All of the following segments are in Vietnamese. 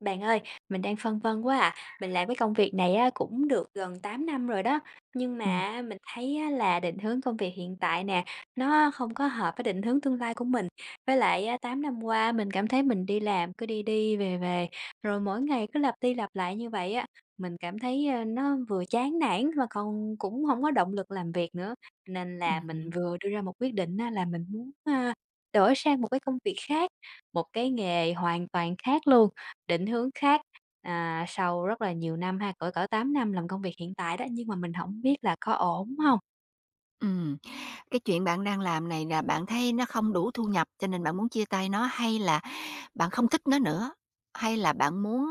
Bạn ơi, mình đang phân vân quá à. Mình làm cái công việc này á, cũng được gần 8 năm rồi đó. Nhưng Ừm, mà mình thấy á, là định hướng công việc hiện tại nè, nó không có hợp với định hướng tương lai của mình. Với lại á, 8 năm qua mình cảm thấy mình đi làm cứ đi đi về về, rồi mỗi ngày cứ lặp đi lặp lại như vậy á. Mình cảm thấy nó vừa chán nản mà còn cũng không có động lực làm việc nữa. Nên là mình hứm, vừa đưa ra một quyết định á, là mình muốn đổi sang một cái công việc khác, một cái nghề hoàn toàn khác luôn. Định hướng khác, sau rất là nhiều năm ha, cỡ cỡ 8 năm làm công việc hiện tại đó, nhưng mà mình hổng biết là có ổn hông? ừm. Cái chuyện bạn đang làm này là bạn thấy nó không đủ thu nhập cho nên bạn muốn chia tay nó, hay là bạn không thích nó nữa? Hay là bạn muốn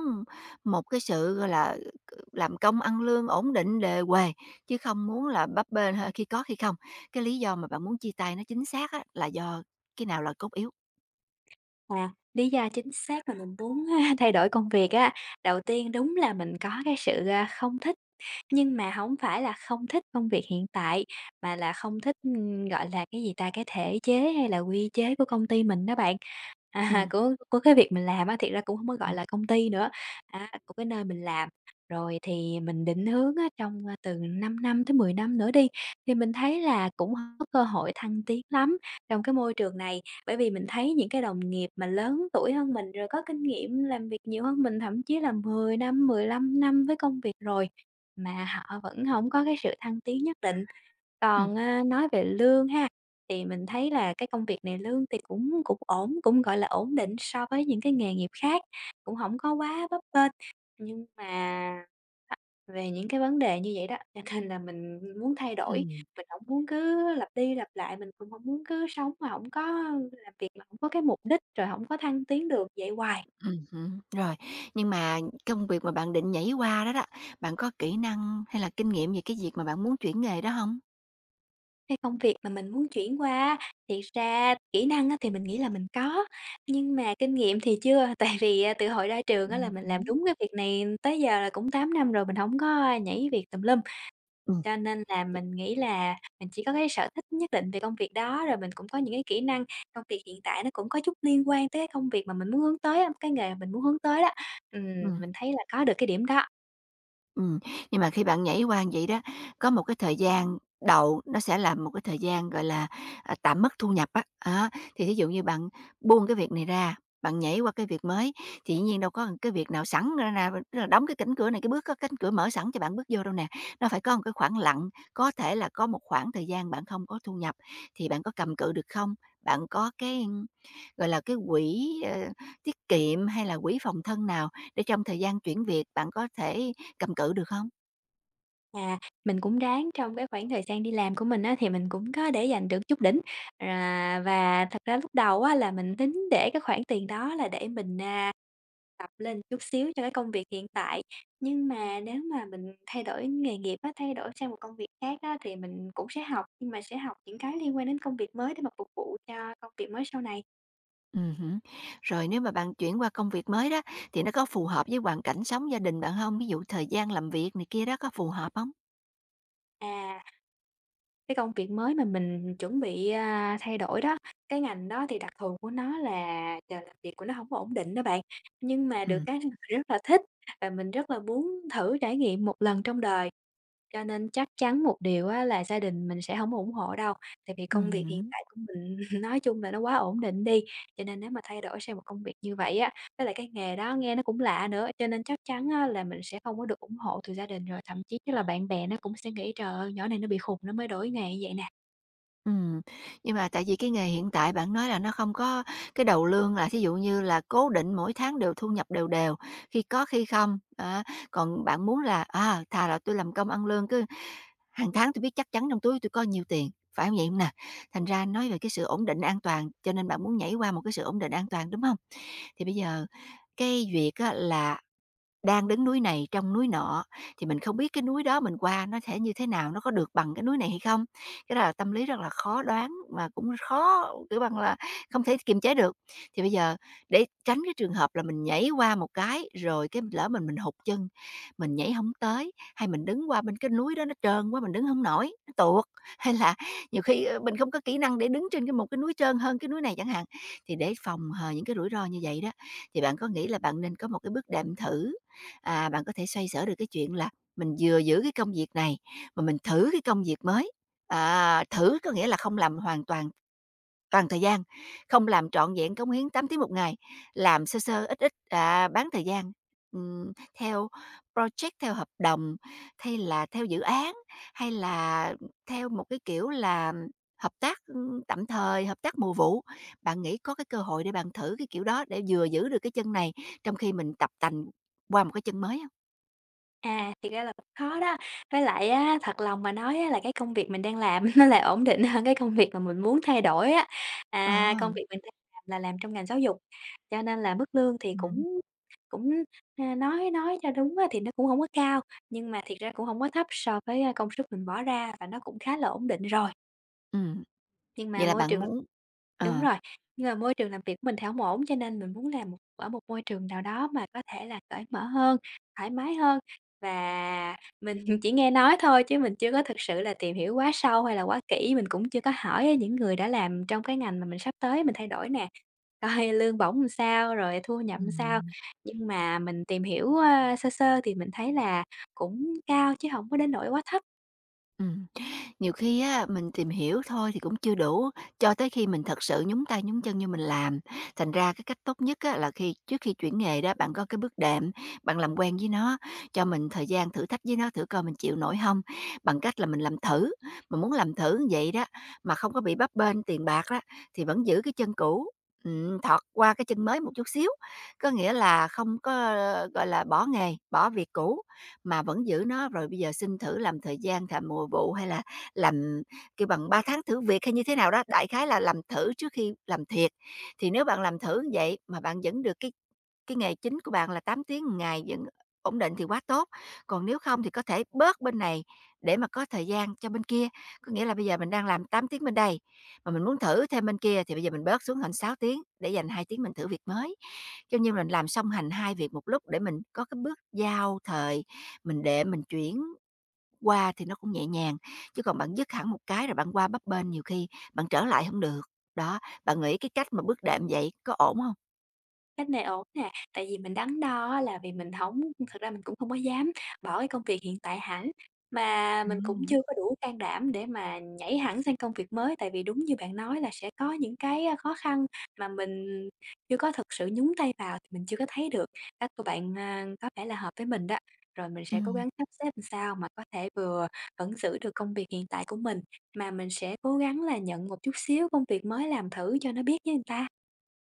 một cái sự, gọi là, làm công ăn lương ổn định đề huề, chứ không muốn là bấp bênh khi có khi không? Cái lý do mà bạn muốn chia tay nó chính xác á, là do cái nào là cốt yếu? Và lý do chính xác là mình muốn, thay đổi công việc á, đầu tiên đúng là mình có cái sự, không thích. Nhưng mà hổng phải là không thích công việc hiện tại, mà là không thích, gọi là, cái gì ta, cái thể chế hay là quy chế của công ty mình đó bạn. À, Ừm, của cái việc mình làm á, thiệt ra cũng hông có gọi ừm, là công ty nữa, á, của cái nơi mình làm. Rồi thì mình định hướng á, trong, từ 5 năm tới 10 năm nữa đi, thì mình thấy là cũng hông có cơ hội thăng tiến lắm trong cái môi trường này. Bởi vì mình thấy những cái đồng nghiệp mà lớn tuổi hơn mình, rồi có kinh nghiệm làm việc nhiều hơn mình, thậm chí là 10 năm, 15 năm với công việc rồi. Mà họ vẫn không có cái sự thăng tiến nhất định. ừm, Còn, nói về lương ha, thì mình thấy là cái công việc này lương thì cũng cũng ổn, cũng, gọi là, ổn định so với những cái nghề nghiệp khác, cũng không có quá bấp bênh. Nhưng mà á, về những cái vấn đề như vậy đó, cho nên là mình muốn thay đổi, ừm, mình không muốn cứ lặp đi lặp lại, mình cũng không muốn cứ sống mà không có làm việc mà không có cái mục đích, rồi không có thăng tiến được vậy hoài. Hứm, rồi. Nhưng mà công việc mà bạn định nhảy qua đó đó, bạn có kỹ năng hay là kinh nghiệm về cái việc mà bạn muốn chuyển nghề đó hông? Cái công việc mà mình muốn chuyển qua á, thiệt ra kỹ năng á thì mình nghĩ là mình có, nhưng mà kinh nghiệm thì chưa. Tại vì, từ hồi ra trường á là mình làm Hứm. đúng cái việc này tới giờ là cũng 8 năm rồi, mình không có, nhảy việc tùm lum, Ừm, cho nên là mình nghĩ là mình chỉ có cái sở thích nhất định về công việc đó, rồi mình cũng có những cái kỹ năng. Công việc hiện tại nó cũng có chút liên quan tới cái công việc mà mình muốn hướng tới á, cái nghề mà mình muốn hướng tới đó. Ừm, ừm, mình thấy là có được cái điểm đó. ừm. Nhưng mà khi bạn nhảy qua vậy đó, có một cái thời gian đầu nó sẽ là một cái thời gian, gọi là, à, tạm mất thu nhập á, thì thí dụ như bạn buông cái việc này ra, bạn nhảy qua cái việc mới thì dĩ nhiên đâu có cái việc nào sẵn ra ra tức là đóng cái cánh cửa này, cái bước có cánh cửa mở sẵn cho bạn bước vô đâu nè. Nó phải có một cái khoảng lặng, có thể là có một khoảng thời gian bạn không có thu nhập thì bạn có cầm cự được không? Bạn có cái, gọi là, cái quỹ, tiết kiệm hay là quỹ phòng thân nào để trong thời gian chuyển việc bạn có thể cầm cự được không? À, mình cũng ráng trong cái khoảng thời gian đi làm của mình á, thì mình cũng có để dành được chút đỉnh. À, và thật ra lúc đầu á, là mình tính để cái khoản tiền đó là để mình, tập lên chút xíu cho cái công việc hiện tại. Nhưng mà nếu mà mình thay đổi nghề nghiệp á, thay đổi sang một công việc khác á, thì mình cũng sẽ học, nhưng mà sẽ học những cái liên quan đến công việc mới để mà phục vụ cho công việc mới sau này. Hứm. Rồi nếu mà bạn chuyển qua công việc mới đó, thì nó có phù hợp với hoàn cảnh sống gia đình bạn không? Ví dụ thời gian làm việc này kia đó, có phù hợp không? À. Cái công việc mới mà mình chuẩn bị, thay đổi đó, cái ngành đó thì đặc thù của nó là giờ làm việc của nó không có ổn định đó bạn. Nhưng mà được Ừm. cái mình rất là thích và mình rất là muốn thử trải nghiệm một lần trong đời. Cho nên chắc chắn một điều á là gia đình mình sẽ hổng ủng hộ đâu, tại vì công việc hiện Hứm. tại của mình nói chung là nó quá ổn định đi, cho nên nếu mà thay đổi sang một công việc như vậy á, với lại cái nghề đó nghe nó cũng lạ nữa, cho nên chắc chắn á là mình sẽ không có được ủng hộ từ gia đình, rồi thậm chí là bạn bè nó cũng sẽ nghĩ "Trời ơi, nhỏ này nó bị khùng nó mới đổi nghề như vậy nè." Ừm, nhưng mà tại vì cái nghề hiện tại bạn nói là nó không có cái đầu lương là thí dụ như là cố định mỗi tháng đều thu nhập đều đều, khi có khi không, á. Còn bạn muốn là, à, thà là tôi làm công ăn lương cứ hàng tháng tôi biết chắc chắn trong túi tôi có nhiều tiền, phải không vậy không nè? Thành ra nói về cái sự ổn định an toàn, cho nên bạn muốn nhảy qua một cái sự ổn định an toàn, đúng không? Thì bây giờ cái việc á là đang đứng núi này trong núi nọ, thì mình không biết cái núi đó mình qua nó sẽ như thế nào, nó có được bằng cái núi này hay không? Cái đó là tâm lý rất là khó đoán mà cũng khó, kiểu bằng là, không thể kiềm chế được. Thì bây giờ để tránh cái trường hợp là mình nhảy qua một cái, rồi cái lỡ mình hụt chân, mình nhảy không tới, hay mình đứng qua bên cái núi đó nó trơn quá mình đứng không nổi, nó tuột, hay là nhiều khi, ơ, mình không có kỹ năng để đứng trên một cái núi trơn hơn cái núi này chẳng hạn. Thì để phòng hờ những cái rủi ro như vậy đó, thì bạn có nghĩ là bạn nên có một cái bước đệm thử à, bạn có thể xoay sở được cái chuyện là mình vừa giữ cái công việc này mà mình thử cái công việc mới. À, thử có nghĩa là không làm hoàn toàn toàn thời gian, không làm trọn vẹn cống hiến 8 tiếng một ngày, làm sơ sơ ít ít à, bán thời gian ừm, theo project theo hợp đồng hay là theo dự án hay là theo một cái kiểu là hợp tác tạm thời hợp tác mùa vụ bạn nghĩ có cái cơ hội để bạn thử cái kiểu đó để vừa giữ được cái chân này trong khi mình tập tành qua một cái chân mới. À, thiệt ra là cũng khó đó. Với lại á, thật lòng mà nói á, là cái công việc mình đang làm nó lại ổn định hơn cái công việc mà mình muốn thay đổi á. Ờ, À, công việc mình đang làm là làm trong ngành giáo dục, cho nên là mức lương thì ừm, cũng cũng, nói cho đúng á, thì nó cũng không có cao, nhưng mà thiệt ra cũng không có thấp so với, công sức mình bỏ ra và nó cũng khá là ổn định rồi. ừm, Nhưng mà vậy là môi bạn trường muốn Đúng ờ, rồi, nhưng mà môi trường làm việc của mình thì hổng ổn, cho nên mình muốn làm một ở một môi trường nào đó mà có thể là cởi mở hơn, thoải mái hơn và mình chỉ nghe nói thôi chứ mình chưa có thực sự là tìm hiểu quá sâu hay là quá kỹ, mình cũng chưa có hỏi những người đã làm trong cái ngành mà mình sắp tới mình thay đổi nè, coi lương bổng làm sao, rồi thu nhập làm sao. ừm. Nhưng mà mình tìm hiểu, sơ sơ thì mình thấy là cũng cao chứ hổng có đến nỗi quá thấp. Ừm, Nhiều khi á, mình tìm hiểu thôi thì cũng chưa đủ, cho tới khi mình thật sự nhúng tay nhúng chân như mình làm. Thành ra cái cách tốt nhất á, là khi trước khi chuyển nghề đó, bạn có cái bước đệm, bạn làm quen với nó, cho mình thời gian thử thách với nó, thử coi mình chịu nổi không bằng cách là mình làm thử. Mình muốn làm thử như vậy đó, mà không có bị bấp bênh tiền bạc đó, thì vẫn giữ cái chân cũ, thọt qua cái chân mới một chút xíu. Có nghĩa là không có, ờ, gọi là, bỏ nghề, bỏ việc cũ, mà vẫn giữ nó, rồi bây giờ xin thử làm thời gian thà mùa vụ hay là làm kêu bằng 3 tháng thử việc hay như thế nào đó, đại khái là làm thử trước khi làm thiệt. Thì nếu bạn làm thử như vậy mà bạn vẫn được cái nghề chính của bạn là 8 tiếng một ngày vẫn ổn định thì quá tốt, còn nếu không thì có thể bớt bên này để mà có thời gian cho bên kia. Có nghĩa là bây giờ mình đang làm 8 tiếng bên đây, mà mình muốn thử thêm bên kia thì bây giờ mình bớt xuống thành 6 tiếng để dành 2 tiếng mình thử việc mới. Cho như mình làm song hành hai việc một lúc để mình có cái bước giao thời, mình để mình chuyển qua thì nó cũng nhẹ nhàng, chứ còn bạn dứt hẳn một cái rồi bạn qua bấp bênh nhiều khi bạn trở lại không được. Đó, bạn nghĩ cái cách mà bước đệm vậy có ổn không? Cách này ổn nè, tại vì mình đắn đo á là vì mình hổng thật ra mình cũng không có dám bỏ cái công việc hiện tại hẳn, mà mình cũng chưa Ừm. có đủ can đảm để mà nhảy hẳn sang công việc mới. Tại vì đúng như bạn nói là sẽ có những cái, khó khăn mà mình chưa có thực sự nhúng tay vào thì mình chưa có thấy được. Cách của bạn, có vẻ là hợp với mình đó, rồi mình sẽ cố Ừm. gắng sắp xếp làm sao mà có thể vừa vẫn giữ được công việc hiện tại của mình, mà mình sẽ cố gắng là nhận một chút xíu công việc mới làm thử cho nó biết với người ta.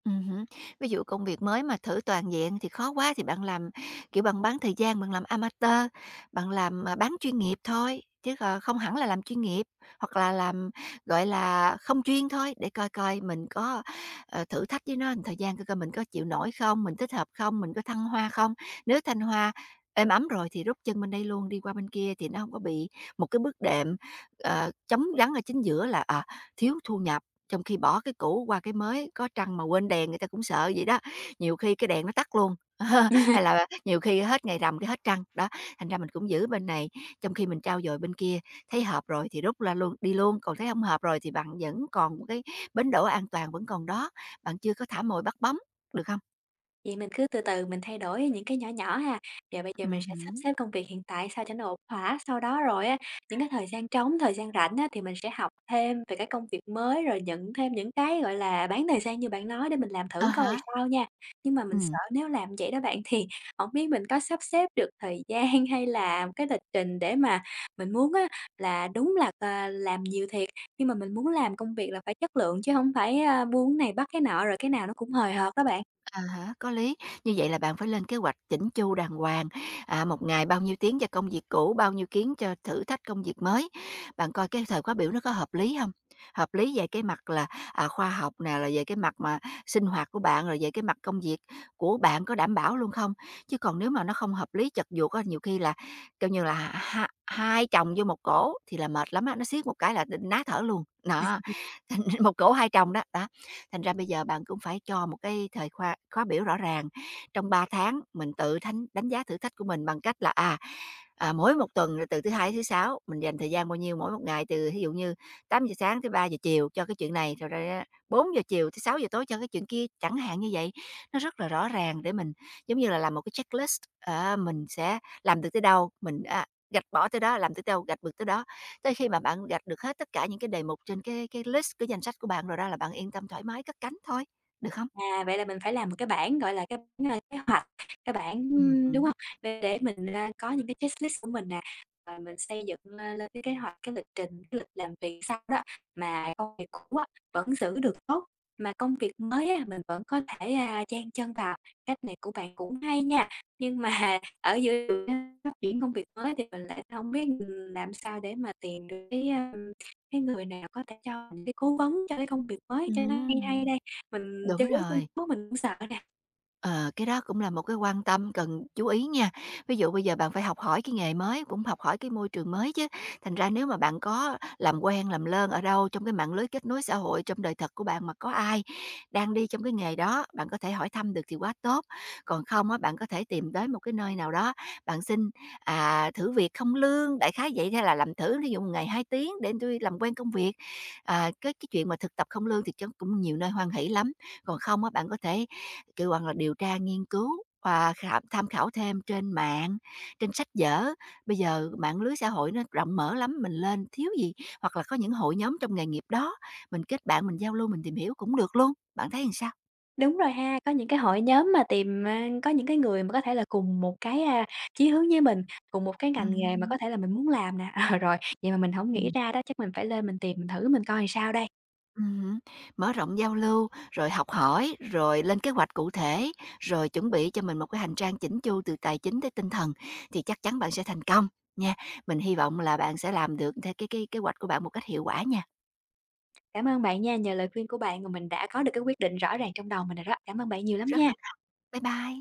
Ừm Ví dụ công việc mới mà thử toàn diện thì khó quá thì bạn làm, kiểu, bạn bán thời gian, bạn làm amateur, bạn làm, à, bán chuyên nghiệp thôi, chứ còn không hẳn là làm chuyên nghiệp, hoặc là làm, gọi là, không chuyên thôi, để coi coi mình có, thử thách với nó một thời gian coi coi mình có chịu nổi không, mình thích hợp không, mình có thăng hoa không. Nếu thăng hoa êm ấm rồi thì rút chân bên đây luôn, đi qua bên kia thì nó không có bị một cái bước đệm, trống vắng ở chính giữa là, à, thiếu thu nhập. Trong khi bỏ cái cũ qua cái mới, có trăng mà quên đèn người ta cũng sợ vậy đó, nhiều khi cái đèn nó tắt luôn, hay là nhiều khi hết ngày rằm cái hết trăng, đó, thành ra mình cũng giữ bên này, trong khi mình trao dồi bên kia, thấy hợp rồi thì rút ra luôn đi luôn, còn thấy không hợp rồi thì bạn vẫn còn một cái bến đỗ an toàn vẫn còn đó, bạn chưa có thả mồi bắt bóng, được không? Vậy mình cứ từ từ mình thay đổi những cái nhỏ nhỏ ha. Rồi bây giờ mình sẽ sắp Hứm. xếp công việc hiện tại sao cho nó ổn thỏa, sau đó rồi á, những cái thời gian trống, thời gian rảnh á, thì mình sẽ học thêm về cái công việc mới, rồi nhận thêm những cái, gọi là, bán thời gian như bạn nói để mình làm À thử coi há, làm sao nha. Nhưng mà mình sợ ừm. nếu làm vậy đó bạn thì không biết mình có sắp xếp được thời gian hay là cái lịch trình để mà mình muốn á, là đúng là, làm nhiều thiệt, nhưng mà mình muốn làm công việc là phải chất lượng chứ không phải, buôn này bắt cái nọ rồi cái nào nó cũng hời hợt đó bạn. À há, có lý. Như vậy là bạn phải lên kế hoạch chỉnh chu đàng hoàng, à, một ngày bao nhiêu tiếng cho công việc cũ, bao nhiêu tiếng cho thử thách công việc mới. Bạn coi cái thời khóa biểu nó có hợp lý không? Hợp lý về cái mặt là, à, khoa học nè, là về cái mặt mà sinh hoạt của bạn, rồi về cái mặt công việc của bạn có đảm bảo luôn không? Chứ còn nếu mà nó không hợp lý, chật vuột á, nhiều khi là, kêu như là, hai chồng vô một cổ thì là mệt lắm á, nó siết một cái là ná thở luôn. Đó, một cổ hai chồng đó, đó. Thành ra bây giờ bạn cũng phải cho một cái thời khóa khóa biểu rõ ràng. Trong 3 tháng mình tự thánh đánh giá thử thách của mình bằng cách là, à, à, mỗi một tuần là từ thứ Hai đến thứ Sáu, mình dành thời gian bao nhiêu mỗi một ngày, từ ví dụ như tám giờ sáng tới ba giờ chiều cho cái chuyện này, rồi ra bốn giờ chiều tới sáu giờ tối cho cái chuyện kia, chẳng hạn như vậy. Nó rất là rõ ràng để mình, giống như là, làm một cái checklist, à, mình sẽ làm được tới đâu, mình, a, gạch bỏ tới đó, làm tới đâu, gạch được tới đó. Tới khi mà bạn gạch được hết tất cả những cái đề mục trên cái list, cái danh sách của bạn rồi đó là bạn yên tâm thoải mái cất cánh thôi, được không? À, vậy là mình phải làm một cái bảng, gọi là, cái bảng, kế hoạch, cái bảng đúng Hứm. hông? Để mình, có những cái checklist của mình nè, rồi mình xây dựng, lên cái kế hoạch, cái lịch trình, cái lịch làm việc sau đó mà công việc cũ á vẫn giữ được tốt, mà công việc mới á mình vẫn có thể, chen chân vào. Cách này của bạn cũng hay nha, nhưng mà ở giữa đường á phát triển công việc mới thì mình lại hông biết, làm sao để mà tìm được cái người nào có thể cho mình cái cố vấn cho cái công việc mới cho nó hay hay Ừm, đây? Mình đúng chân ướt chân rồi. ráo mình cũng sợ nè. Ờ, cái đó cũng là một cái quan tâm cần chú ý nha. Ví dụ bây giờ bạn phải học hỏi cái nghề mới, cũng học hỏi cái môi trường mới chứ. Thành ra nếu mà bạn có làm quen, làm lơn ở đâu trong cái mạng lưới kết nối xã hội, trong đời thật của bạn mà có ai đang đi trong cái nghề đó, bạn có thể hỏi thăm được thì quá tốt. Còn không á, bạn có thể tìm tới một cái nơi nào đó, bạn xin à, thử việc không lương, đại khái vậy hay là làm thử, ví dụ một ngày 2 tiếng để tôi làm quen công việc. À, cái chuyện mà thực tập không lương thì chắc cũng nhiều nơi hoan hỷ lắm còn không á, bạn có thể, kiểu, hoặc là điều tra nghiên cứu và tham khảo thêm trên mạng, trên sách vở. Bây giờ mạng lưới xã hội nó rộng mở lắm, mình lên thiếu gì hoặc là có những hội nhóm trong nghề nghiệp đó, mình kết bạn, mình giao lưu, mình tìm hiểu cũng được luôn. Bạn thấy làm sao? Đúng rồi ha, có những cái hội nhóm mà tìm, có những cái người mà có thể là cùng một cái, chí hướng với mình, cùng một cái ngành nghề mà có Ừm. thể là mình muốn làm nè. Ờ, rồi, vậy mà mình hổng nghĩ ra đó, chắc mình phải lên mình tìm mình thử mình coi sao đây. Ừm Mở rộng giao lưu, rồi học hỏi, rồi lên kế hoạch cụ thể, rồi chuẩn bị cho mình một cái hành trang chỉnh chu từ tài chính tới tinh thần thì chắc chắn bạn sẽ thành công nha. Mình hy vọng là bạn sẽ làm được theo cái kế hoạch của bạn một cách hiệu quả nha. Cảm ơn bạn nha, nhờ lời khuyên của bạn mà mình đã có được cái quyết định rõ ràng trong đầu mình rồi đó. Cảm ơn bạn nhiều lắm Rất nha. hân hạnh. Bye bye.